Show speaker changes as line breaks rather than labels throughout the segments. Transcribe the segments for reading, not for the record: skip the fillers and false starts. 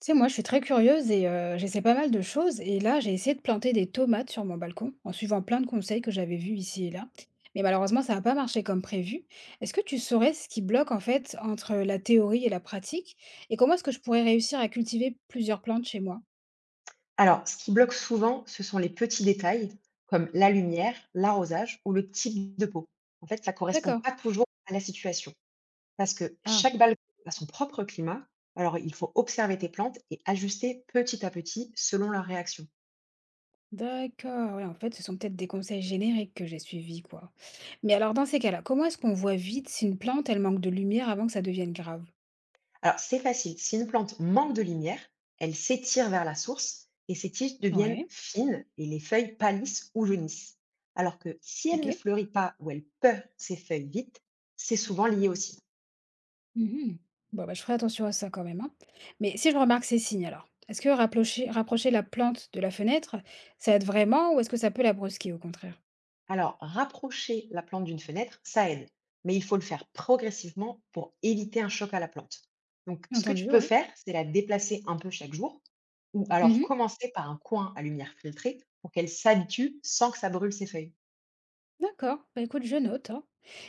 Tu sais, moi, je suis très curieuse et j'essaie pas mal de choses. Et là, j'ai essayé de planter des tomates sur mon balcon en suivant plein de conseils que j'avais vus ici et là. Mais malheureusement, ça n'a pas marché comme prévu. Est-ce que tu saurais ce qui bloque en fait entre la théorie et la pratique? Et comment est-ce que je pourrais réussir à cultiver plusieurs plantes chez moi?
Alors, ce qui bloque souvent, ce sont les petits détails, comme la lumière, l'arrosage ou le type de peau. En fait, ça ne correspond
D'accord.
pas toujours à la situation, parce que
Ah,
chaque balcon a son propre climat. Alors, il faut observer tes plantes et ajuster petit à petit selon leur réaction.
d'accord. Oui, en fait, ce sont peut-être des conseils génériques que j'ai suivis, quoi. Mais alors, dans ces cas-là, comment est-ce qu'on voit vite si une plante, elle manque de lumière avant que ça devienne grave?
Alors, c'est facile. Si une plante manque de lumière, elle s'étire vers la source et ses tiges deviennent
Ouais,
fines et les feuilles pâlissent ou jaunissent. Alors que si elle ne
ok.
fleurit pas ou elle perd ses feuilles vite, c'est souvent lié aussi.
Mmh. Bon, bah, je ferai attention à ça quand même, hein. Mais si je remarque ces signes alors, est-ce que rapprocher la plante de la fenêtre, ça aide vraiment ou est-ce que ça peut la brusquer au contraire?
Alors, rapprocher la plante d'une fenêtre, ça aide, mais il faut le faire progressivement pour éviter un choc à la plante. Donc,
Bien
ce que tu
entendu,
peux
ouais.
faire, c'est la déplacer un peu chaque jour, ou alors
Mmh.
commencer par un coin à lumière filtrée pour qu'elle s'habitue sans que ça brûle ses feuilles.
D'accord. Bah, écoute, je note, hein.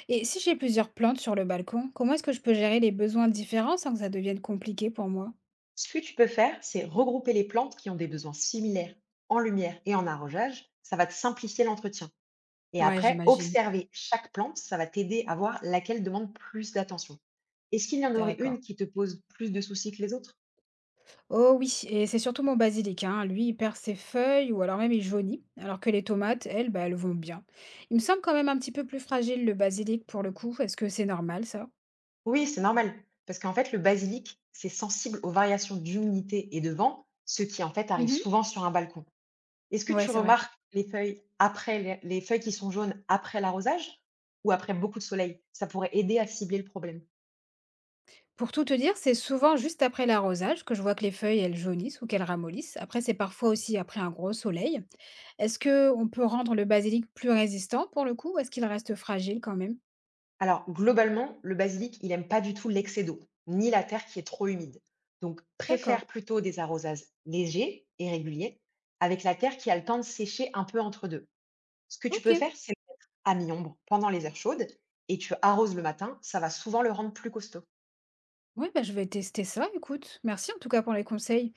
Et si j'ai plusieurs plantes sur le balcon, comment est-ce que je peux gérer les besoins différents sans que ça devienne compliqué pour moi?
Ce que tu peux faire, c'est regrouper les plantes qui ont des besoins similaires en lumière et en arrosage. Ça va te simplifier l'entretien. Et
Ouais,
après,
j'imagine.
observer chaque plante, ça va t'aider à voir laquelle demande plus d'attention. Est-ce qu'il y en aurait
D'accord.
une qui te pose plus de soucis que les autres?
Oh oui, et c'est surtout mon basilic, hein. Lui, il perd ses feuilles ou alors même il jaunit, alors que les tomates, elles, bah, elles vont bien. Il me semble quand même un petit peu plus fragile le basilic pour le coup. Est-ce que c'est normal ça?
Oui, c'est normal, parce qu'en fait, le basilic, c'est sensible aux variations d'humidité et de vent, ce qui en fait arrive
Mhm.
souvent sur un balcon. Est-ce que
Ouais,
tu
c'est vrai.
remarques les feuilles après les feuilles qui sont jaunes après l'arrosage ou après beaucoup de soleil? Ça pourrait aider à cibler le problème.
Pour tout te dire, c'est souvent juste après l'arrosage que je vois que les feuilles, elles jaunissent ou qu'elles ramollissent. Après, c'est parfois aussi après un gros soleil. Est-ce que on peut rendre le basilic plus résistant pour le coup ou est-ce qu'il reste fragile quand même?
Alors, globalement, le basilic, il aime pas du tout l'excès d'eau, ni la terre qui est trop humide. Donc,
D'accord.
préfère plutôt des arrosages légers et réguliers, avec la terre qui a le temps de sécher un peu entre deux. Ce que tu
Ok.
peux faire, c'est le mettre à mi-ombre pendant les heures chaudes et tu arroses le matin, ça va souvent le rendre plus costaud.
Ouais, bah, je vais tester ça, écoute. Merci en tout cas pour les conseils.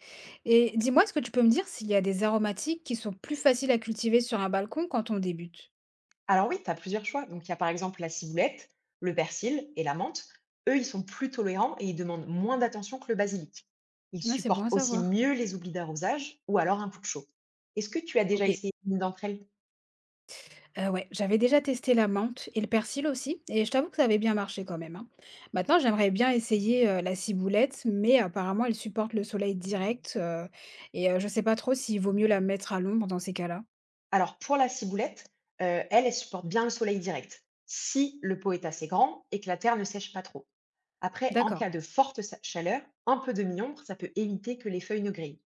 Et dis-moi, est-ce que tu peux me dire s'il y a des aromatiques qui sont plus faciles à cultiver sur un balcon quand on débute?
Alors oui, tu as plusieurs choix. Donc il y a par exemple la ciboulette, le persil et la menthe. Eux, ils sont plus tolérants et ils demandent moins d'attention que le basilic. Ils
Ouais, c'est bon à
supportent aussi
savoir.
mieux les oublis d'arrosage ou alors un coup de chaud. Est-ce que tu as déjà
Ok.
essayé une d'entre elles?
Ouais, j'avais déjà testé la menthe et le persil aussi, et je t'avoue que ça avait bien marché quand même, hein. Maintenant, j'aimerais bien essayer la ciboulette, mais apparemment, elle supporte le soleil direct, et je sais pas trop s'il vaut mieux la mettre à l'ombre dans ces cas-là.
Alors pour la ciboulette, elle, elle supporte bien le soleil direct, si le pot est assez grand et que la terre ne sèche pas trop. Après, en
D'accord.
cas de chaleur, un peu de mi-ombre, ça peut éviter que les feuilles ne grillent.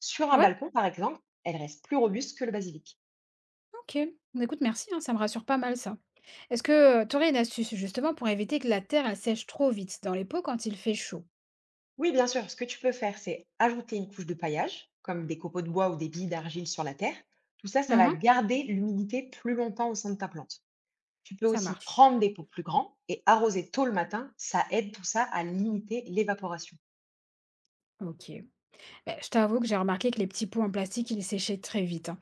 Sur un
Ouais,
balcon, par exemple, elles restent plus robustes que le basilic.
ok. Écoute, merci, hein, ça me rassure pas mal ça. Est-ce que tu aurais une astuce justement pour éviter que la terre elle sèche trop vite dans les pots quand il fait chaud?
Oui, bien sûr, ce que tu peux faire, c'est ajouter une couche de paillage, comme des copeaux de bois ou des billes d'argile sur la terre. Tout ça, ça va
Mmh.
garder l'humidité plus longtemps au sein de ta plante. Tu peux
Ça
aussi
marche.
prendre des pots plus grands et arroser tôt le matin. Ça aide tout ça à limiter l'évaporation.
OK. Beh, je t'avoue que j'ai remarqué que les petits pots en plastique, ils séchaient très vite, hein.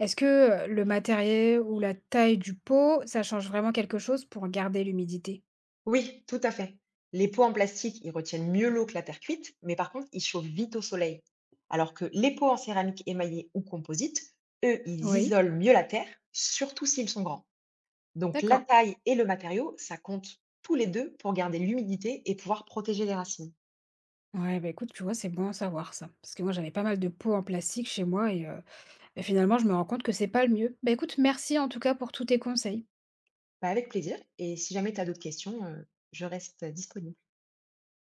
Est-ce que, le matériel ou la taille du pot, ça change vraiment quelque chose pour garder l'humidité?
Oui, tout à fait. Les pots en plastique, ils retiennent mieux l'eau que la terre cuite, mais par contre, ils chauffent vite au soleil. Alors que les pots en céramique émaillée ou composite, eux, ils
Oui,
isolent mieux la terre, surtout s'ils sont grands. Donc la
d'accord.
taille et le matériau, ça compte tous les deux pour garder l'humidité et pouvoir protéger les racines.
Ouais, bah, écoute, tu vois, c'est bon à savoir ça, parce que moi, j'avais pas mal de pots en plastique chez moi et bah, finalement, je me rends compte que c'est pas le mieux. Bah, écoute, merci en tout cas pour tous tes conseils.
Bah, avec plaisir, et si jamais tu as d'autres questions, je reste disponible.